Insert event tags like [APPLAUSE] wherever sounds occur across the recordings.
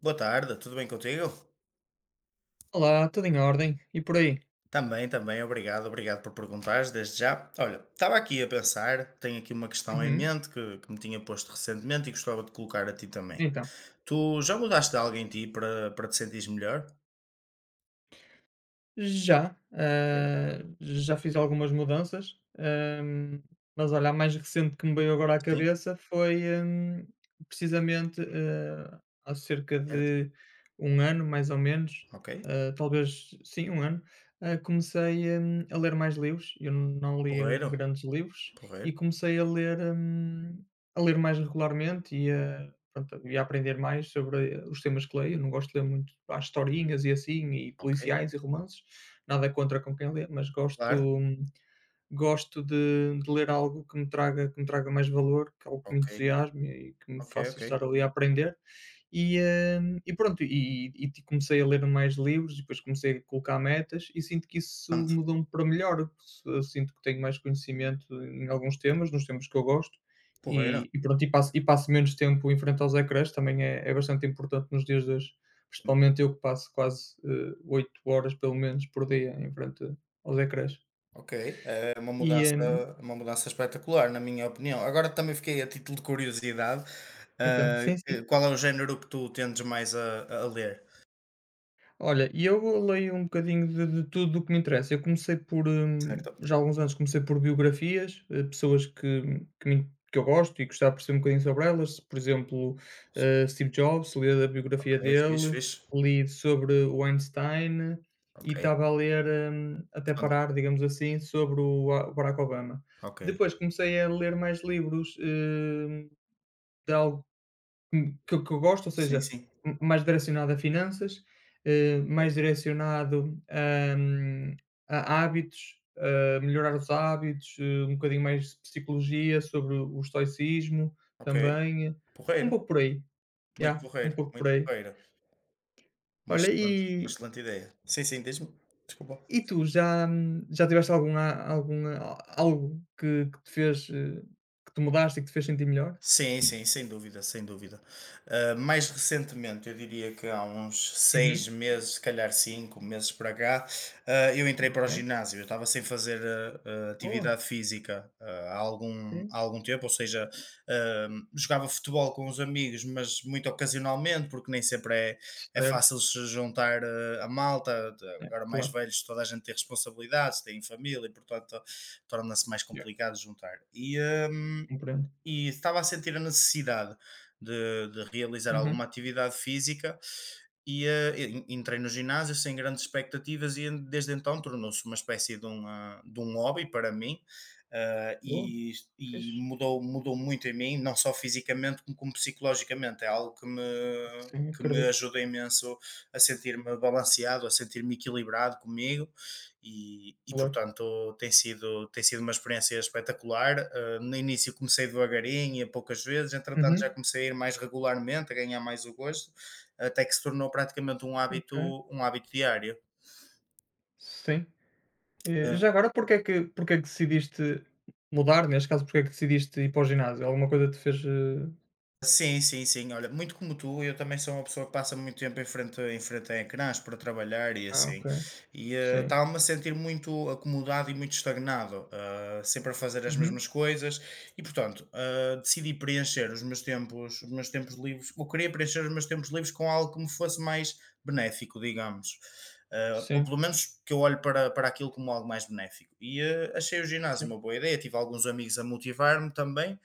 Boa tarde, tudo bem contigo? Olá, tudo em ordem. E por aí? Também, também, obrigado, obrigado por perguntares desde já. Olha, estava aqui a pensar, tenho aqui uma questão em Uhum. mente que me tinha posto recentemente e gostava de colocar a ti também. Então. Tu já mudaste de algo em ti para te sentires melhor? Já, Ok, já fiz algumas mudanças, hum, mas olha, a mais recente que me veio agora à sim, cabeça foi, precisamente, há cerca certo, de 1 ano, mais ou menos, ok. Talvez sim, 1 ano, comecei, a ler mais livros. Eu não lia Porreiro, grandes livros porreiro, e comecei a ler mais regularmente e a pronto, e a aprender mais sobre os temas que leio. Eu não gosto de ler muito, as historinhas e assim, e ok. policiais e romances, nada contra com quem lê, mas Claro, gosto gosto de ler algo que me traga mais valor, que é algo que me ok, entusiasme e que me ok, faça ok. estar ali a aprender. E, e pronto, e, e comecei a ler mais livros, e depois comecei a colocar metas e sinto que isso Portanto. mudou-me para melhor. Eu sinto que tenho mais conhecimento em alguns temas, nos temas que eu gosto, Porreiro. E pronto, e passo menos tempo em frente aos ecrãs, também é bastante importante nos dias de hoje, principalmente eu que passo quase 8 horas pelo menos por dia em frente aos ecrãs. Ok, é E, hum, uma mudança espetacular, na minha opinião. Agora também fiquei a título de curiosidade, Então, sim, sim. Qual é o género que tu tendes mais a ler? Olha, e eu leio um bocadinho de tudo o que me interessa. Eu comecei por, Certo? já há alguns anos, comecei por biografias, pessoas que, que eu gosto e gostava de perceber um bocadinho sobre elas. Por exemplo, Sim. Steve Jobs, li a biografia Ok, fixe, dele, fixe. li sobre o Einstein e Ok. estava a ler, até Portanto. parar, digamos assim, sobre o Barack Obama. Ok. Depois comecei a ler mais livros, de algo que eu gosto, ou Sim, seja, sim. m mais direcionado a finanças, mais Ok. direcionado, a hábitos, a melhorar os hábitos, um bocadinho mais de psicologia sobre o estoicismo Ok. também, um Porreiro. pouco por aí, Muito yeah, um porreiro. pouco por Muito aí. porreiro. Olha, Uma excelente ideia. Sim, sim, diz-me. Desculpa. e tu já já tiveste algum a algo que te fez, que te mudaste e que te fez sentir melhor? Sim, sim, sem dúvida, sem dúvida. Ah, mais recentemente, eu diria que há uns seis Uhum, meses, se calhar cinco meses para cá, ah, eu entrei para o ok. ginásio. Eu estava sem fazer Boa, atividade física sim. há algum tempo, ou seja, ah, jogava futebol com os amigos, mas muito ocasionalmente, porque nem sempre é Certo. fácil se juntar, a malta. É, Agora, mais claro. velhos, toda a gente tem responsabilidades, tem família e, portanto, torna-se mais Yeah, complicado juntar. E, ah, compreendo. e estava a sentir a necessidade de realizar Uhum. alguma atividade física, e eh, entrei no ginásio sem grandes expectativas e desde então tornou-se uma espécie de um hobby para mim, ah, Boa, e, e fixe. mudou, mudou muito em mim, não só fisicamente como psicologicamente. É algo que me, Sim, que me acredito. ajuda imenso a sentir-me balanceado, a sentir-me equilibrado comigo e, Claro. portanto tem sido uma experiência espetacular. Ah, no início comecei devagarinho e a poucas vezes, entretanto já Uhum. comecei a ir mais regularmente, a ganhar mais o gosto até que se tornou praticamente Ok, um hábito diário. sim. Já agora porque é que decidiste mudar? Neste caso, porque é que decidiste ir para o ginásio? Alguma coisa te fez, Sim, sim, sim. Olha, muito como tu, eu também sou uma pessoa que passa muito tempo em frente a ecrãs para trabalhar e ah, ok, assim. E eh, sim. estava-me a sentir muito acomodado e muito estagnado, eh, sempre a fazer as Uhum. mesmas coisas. E portanto, eh, decidi preencher os meus tempos livres, eu queria preencher os meus tempos livres com algo que me fosse mais benéfico, digamos. Eh, ou Sim, pelo menos que eu olhe para, para aquilo como algo mais benéfico. E eh, achei o ginásio uma certo. boa ideia, tive alguns amigos a motivar-me também.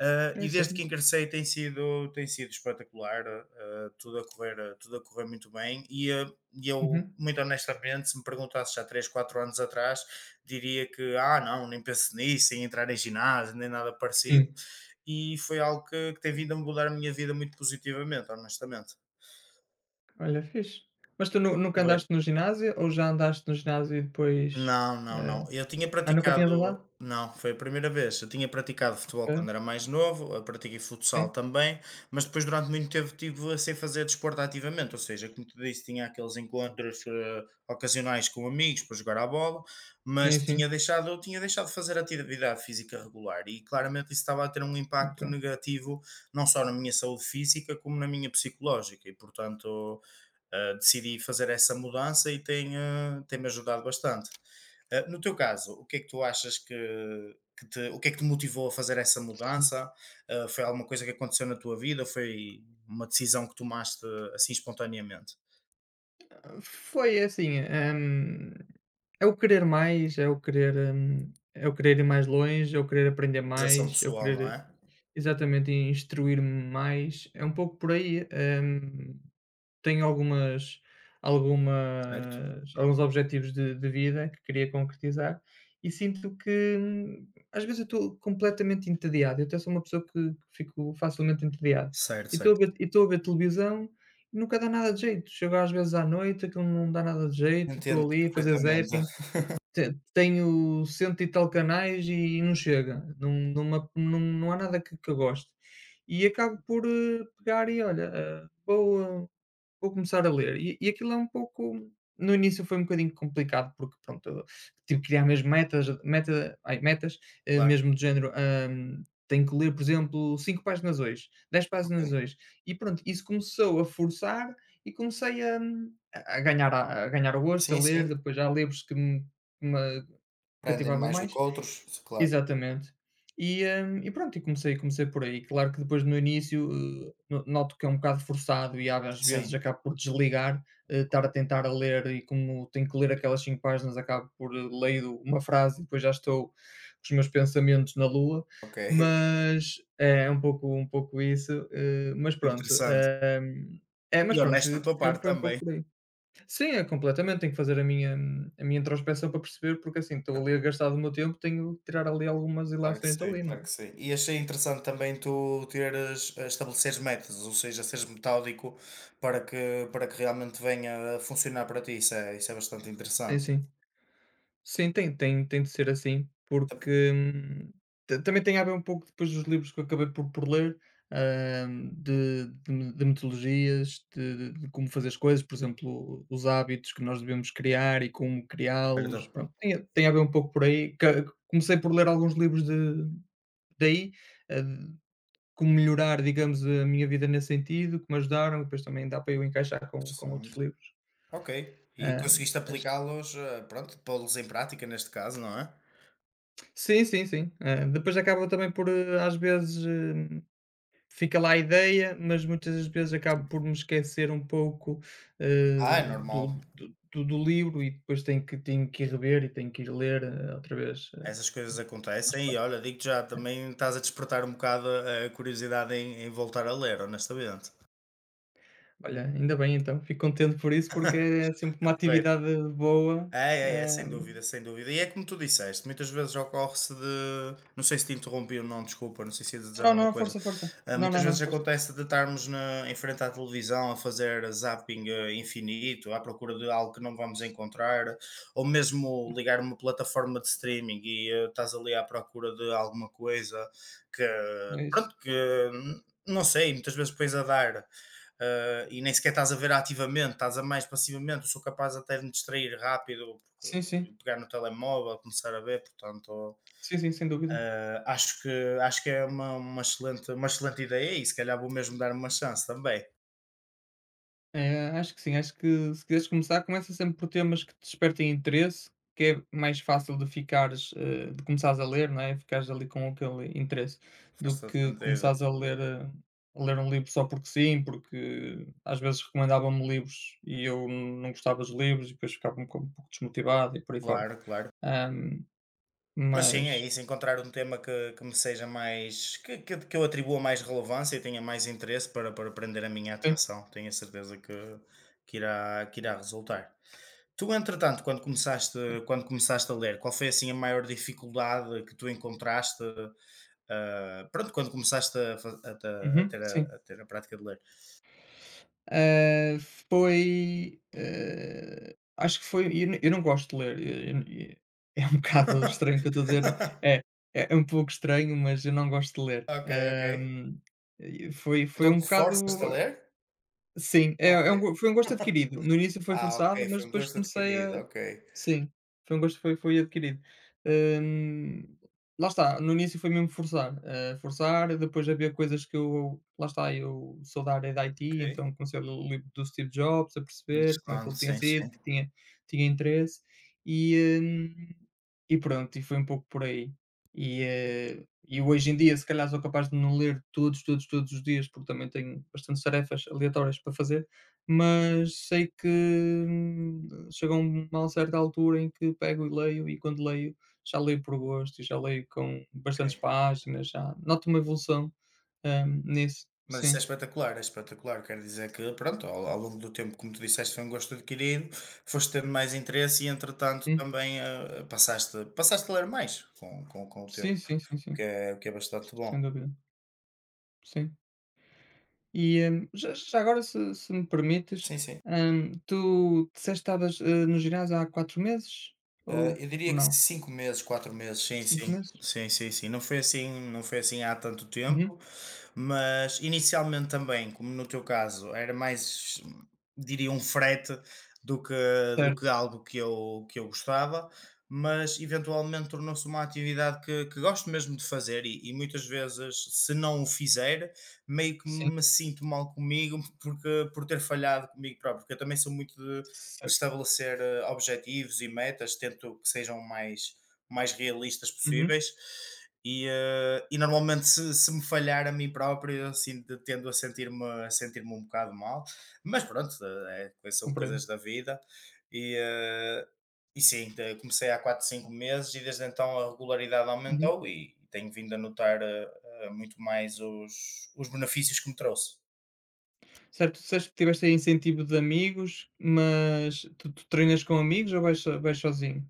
É E isso. desde que ingressei tem sido espetacular, tudo a correr muito bem. E eu, Uhum. muito honestamente, se me perguntasse já 3 4 anos atrás, diria que, ah, não, nem penso nisso, em entrar em ginásio, nem nada parecido. Hum. E foi algo que tem vindo a mudar a minha vida muito positivamente, honestamente. Olha, fixe. Mas tu nu nunca andaste no ginásio ou já andaste no ginásio e depois, Não, não, eh não. Eu tinha ah, nunca tinhas andado? praticado não, foi a primeira vez. Eu tinha praticado futebol Ok, quando era mais novo, eu pratiquei futsal sim. também, mas depois durante muito tempo estive sem fazer desporto ativamente, ou seja, como te disse, tinha aqueles encontros eh, ocasionais com amigos para jogar à bola, Sim, sim. Eu tinha deixado de fazer atividade física regular e claramente isso estava a ter um Ok. impacto negativo não só na minha saúde física como na minha psicológica e portanto uh, decidi fazer essa mudança e tem, tem-me ajudado bastante. No teu caso, o que é que tu achas que, o que é que te motivou a fazer essa mudança? Foi alguma coisa que aconteceu na tua vida? Foi uma decisão que tomaste assim espontaneamente? Foi é assim, é o querer mais, é o querer ir mais longe, é o querer aprender Realização mais, é o pessoal, não querer é? exatamente instruir-me mais, é um pouco por aí. hum, tenho algumas Certo? Alguns objetivos de vida que queria concretizar e sinto que, às vezes, eu estou completamente entediado. Eu até sou uma pessoa que fico facilmente entediado. Certo, certo. E estou a ver televisão e nunca dá nada de jeito. Chego às vezes à noite, aquilo não dá nada de jeito, estou Entendo ali a fazer perfeitamente. zapping, [LAUGHS] te tenho cento e tal canais e não chega, não me ap não há nada que que eu goste. E acabo por pegar e olha, vou começar a ler. E aquilo é um pouco no início foi um bocadinho complicado, porque pronto, eu tive que criar mesmo metas, Claro, mesmo do género, tenho que ler, por exemplo, 5 páginas hoje, 10 páginas ok. hoje. E pronto, isso começou a forçar e comecei a a ganhar o gosto, a Sim, ler, sim. depois já há livros que me Aprendem cativavam mais do que mais. outros, claro. Exatamente. E pronto, e comecei por aí. Claro que depois no início, no noto que é um bocado forçado e às vezes Sim, acabo por desligar, estar a tentar a ler e como tenho que ler aquelas 5 páginas, acabo por ler uma frase e depois já estou com os meus pensamentos na lua, ok. [LAUGHS] mas é é um pouco isso, mas pronto, Interessante. É, mas E pronto, honesto da tua foi parte foi um também. pouco por aí. Sim, é completamente. Tenho que fazer a minha introspecção para perceber, porque, assim, estou ali a gastar do meu tempo, tenho que tirar ali algumas Claro que ilações sim, dali, não é? claro que sim. E achei interessante também estabeleceres metas, ou seja, seres metódico para que realmente venha a funcionar para ti. Isso é bastante Sim, interessante. sim. Sim, tem de ser assim, porque, ta também tem a ver um pouco depois dos livros que eu acabei por ler, hã, de metodologias, de como fazer as coisas, por exemplo, os hábitos que nós devemos criar e como criá-los, Certo. pronto, tem a tem a ver um pouco por aí. Ca comecei por ler alguns livros de daí, eh, como melhorar, digamos, a minha vida nesse sentido, que me ajudaram, depois também dá para eu encaixar com outros Interessante. livros. Ok. E Ah, conseguiste mas aplicá-los, eh, pronto, pô-los em prática neste caso, não é? sim, sim, sim. Depois acaba também por, às vezes, fica lá a ideia, mas muitas das vezes acabo por me esquecer um pouco, eh, Ah, é do normal. Do livro e depois tenho que ir rever e tenho que ir ler, outra vez, Essas coisas mais acontecem e fácil. olha, digo já, também estás a despertar um bocado a curiosidade em, em voltar a ler, honestamente. Olha, ainda bem então, fico contente por isso, porque é sempre uma atividade boa. É, é, é, Ah, sem dúvida, sem dúvida. E é como tu disseste, muitas vezes ocorre-se de. Não sei se te interrompi ou não, desculpa, não sei se ia dizer não, alguma não, coisa. força, força. Ah, Não, não, muitas não, vezes força. acontece de estarmos em frente à televisão a fazer zapping eh, infinito, à procura de algo que não vamos encontrar, ou mesmo ligar uma plataforma de streaming e eh, estás ali à procura de alguma coisa que, É isso. pronto, que hum, não sei, muitas vezes pões a dar. Eh, e nem sequer estás a ver ativamente, estás a mais passivamente. Eu sou capaz até de me distrair rápido, porque Sim, sim. pegar no telemóvel, começar a ver, portanto, Sim, sim, sem dúvida. ah, acho que é uma excelente ideia e se calhar vou mesmo dar uma chance também. Acho que sim, acho que se quiseres começar, começa sempre por temas que te despertem interesse, que é mais fácil de ficares, de começares a ler, não é? Ficares ali com aquele interesse, do Faz todo que sentido. começares a ler, a ler um livro só porque sim, porque às vezes recomendavam-me livros e eu não gostava dos livros e depois ficava pouco um pouco desmotivado e por aí fora. Claro, claro. Ahm, Mas sim, é mas isso, encontrar um tema que me seja mais que eu atribua mais relevância e tenha mais interesse para prender a minha sim, atenção. Tenho a certeza que irá resultar. Tu, entretanto, quando começaste a ler, qual foi, assim, a maior dificuldade que tu encontraste, ah, pronto, quando começaste a fa a ta uhum, sim. a ter a prática de ler? Ah, foi, acho que foi eu n eu não gosto de ler, e é um [LAUGHS] bocado estranho o que eu estou a dizer, [LAUGHS] [LAUGHS] é um pouco estranho, mas eu não gosto de ler. Ok, ok. E foi foi Então um tu bocado forças-te a ler? Sim, Ok. é um go foi um gosto [LAUGHS] adquirido. No início foi Ah, ok, forçado, mas foi um depois gosto comecei adquirido, a ok. sim, foi um gosto foi adquirido. Hum, lá está, no início foi mesmo forçar, forçar, depois havia coisas que eu lá está, eu sou da área da IT, Ok, então comecei a ler o livro do Steve Jobs, a perceber como é que ele interessante, tinha sim, sido, sim. que tinha tinha interesse, e, hum, e pronto, e foi um pouco por aí. E, eh e hoje em dia, se calhar, sou capaz de não ler todos os dias, porque também tenho bastantes tarefas aleatórias para fazer, mas sei que, chega uma certa altura em que pego e leio, e quando leio, já leio por gosto e já leio com bastantes Ok. páginas, já noto uma evolução, nisso. Mas isso é Sim. espetacular, é espetacular. Quero dizer que, pronto, ao, ao longo do tempo, como tu disseste, foi um gosto adquirido, foste tendo mais interesse e, entretanto, Uhum. também ah, passaste a ler mais com o Sim, tempo, sim, sim, o que sim, é, o que é bastante bom. sem dúvida. Sim. Já já agora, se se me permites, Sim, sim. Tu disseste que estavas, no ginásio há 4 meses? Ah, eu Ou diria que não? 5 meses, 4 meses, sim, cinco sim. meses? Sim, sim, sim. Não foi assim há tanto Uhum. tempo, mas inicialmente também, como no teu caso, era mais, diria, um frete do que, do Certo, que algo que eu gostava, mas eventualmente tornou-se uma atividade que gosto mesmo de fazer e muitas vezes, se não o fizer, meio que sim. me sinto mal comigo [LAUGHS] porque, por ter falhado comigo próprio, porque eu também sou muito de Certo. estabelecer eh, objetivos e metas, tento que sejam mais, mais realistas Uhum. possíveis. E, normalmente, se me falhar a mim próprio, eu, assim, tendo a sentir-me, um bocado mal, mas pronto, eh, são Compreendo. coisas da vida. E, eh, e sim, comecei há 4 5 meses e desde então a regularidade Uhum. aumentou e tenho vindo a notar muito mais os benefícios que me trouxe. Certo, tu disseste que tiveste aí incentivo de amigos, mas tu treinas com amigos ou vais vais sozinho?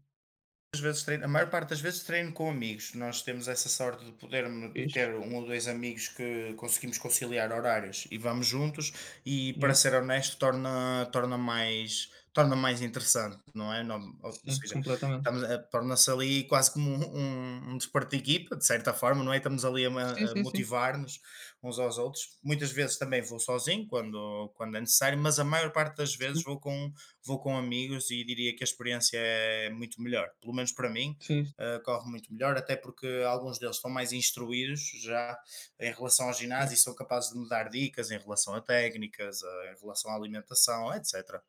Às vezes treino a maior parte das vezes treino com amigos. Nós temos essa sorte de Fixe. ter um ou 2 amigos que conseguimos conciliar horários e vamos juntos e, para Yeah. ser honesto, torna mais interessante, não é? Não, ou Sim, seja, completamente. estamos a torna-se ali quase como um desporto de equipa, de certa forma, não é? Estamos ali Sim, a sim, sim. motivar-nos uns aos outros. Muitas vezes também vou sozinho quando é necessário, mas a maior parte das vezes Sim, vou com amigos e diria que a experiência é muito melhor, pelo menos para mim, sim. eh, corre muito melhor, até porque alguns deles estão mais instruídos já em relação ao Yeah. ginásio e são capazes de me dar dicas em relação a técnicas, em relação à alimentação, etc.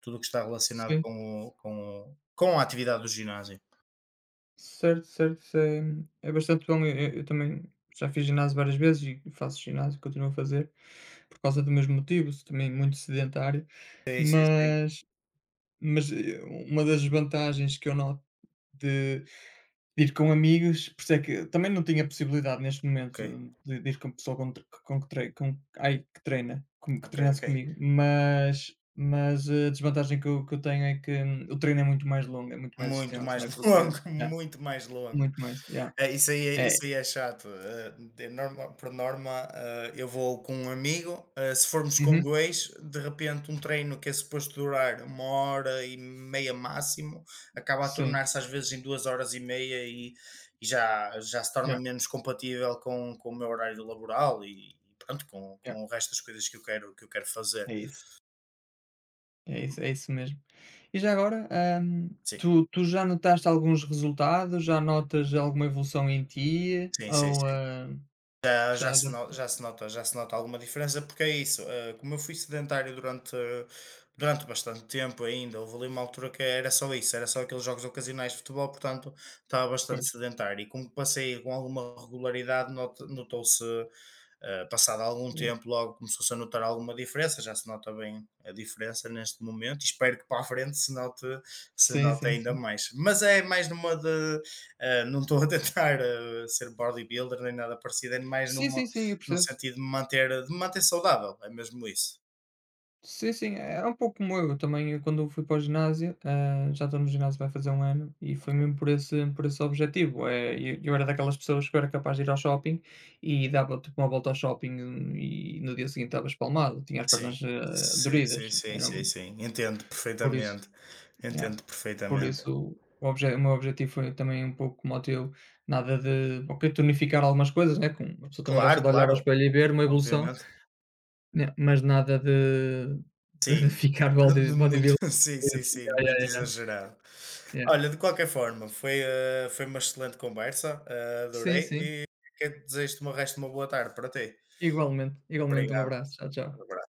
Tudo o que está relacionado Sim. com, com, com a atividade do ginásio. Certo, certo. Isso é é bastante bom. Eu também já fiz ginásio várias vezes e faço ginásio, continuo a fazer, por causa do mesmo motivo, sou também muito sedentário, Sim, sim, sim. mas mas, uma das vantagens que eu noto de ir com amigos, por isso é que também não tinha possibilidade neste Ok, momento de ir com pessoa com tre com que trei com ai, que treina, com que ok, treinasse ok. comigo, mas a desvantagem que eu tenho é que o treino é muito mais longo, é muito mais Muito extenso, mais não é, [LAUGHS] porque longo, yeah, muito mais longo. muito mais, yeah. Eh, isso aí é É. isso aí é chato, eh, de norma por norma, eh, eu vou com um amigo, eh, se formos com Uhum. 2 de repente um treino que é suposto durar uma hora e meia máximo, acaba a Sim. tornar-se às vezes em 2 horas e meia e já se torna Yeah, menos compatível com o meu horário laboral e pronto, yeah. com o resto das coisas que eu quero fazer. É isso. É isso, é isso mesmo. E já agora, hum, Sim, tu já notaste alguns resultados? Já notas alguma evolução em ti? sim, sim, Ou, sim. Já, já já se já no- já se nota, já se nota alguma diferença, porque é isso, eh, como eu fui sedentário durante bastante tempo ainda, houve ali uma altura que era só isso, era só aqueles jogos ocasionais de futebol, portanto estava bastante pois, sedentário. E como passei com alguma regularidade, notou-se, eh, passado algum yeah. tempo, logo começou-se a notar alguma diferença, já se nota bem a diferença neste momento, e espero que para a frente se note, se Sim, note sim, ainda sim. mais. Mas é mais numa de. Não estou a tentar ser bodybuilder nem nada parecido, é mais Sim, sim, numa, sim, eu no percebo. sentido de me manter saudável, é mesmo isso. Sim, sim, é é um pouco como eu também eu quando fui para o ginásio, já estou no ginásio vai fazer 1 ano, e foi Ok. mesmo por esse objetivo, eu era daquelas pessoas que eu era capaz de ir ao shopping e dava tipo uma volta ao shopping e no dia seguinte estava espalmado, tinha as Sim, pernas, sim, doridas, sim, sim, era sim, sim. Entendo por isso. perfeitamente. Yeah. Entendo Por perfeitamente. isso, o meu objetivo foi também um pouco como o teu, nada de ok, tonificar algumas coisas, né, com a pessoa também gosta Claro, de olhar ao claro, espelho e ver uma evolução, obviamente. né, mas nada de de Sim, ficar bodybuilder. [LAUGHS] [LAUGHS] sim, sim, sim, Yeah, yeah, muito yeah, exagerado. yeah. Olha, de qualquer forma, foi uma excelente conversa, eh, Sim, adorei sim. e que desejo-te o resto de uma boa tarde para ti. Igualmente, igualmente. Um Obrigado. abraço. Tchau, tchau. Um abraço.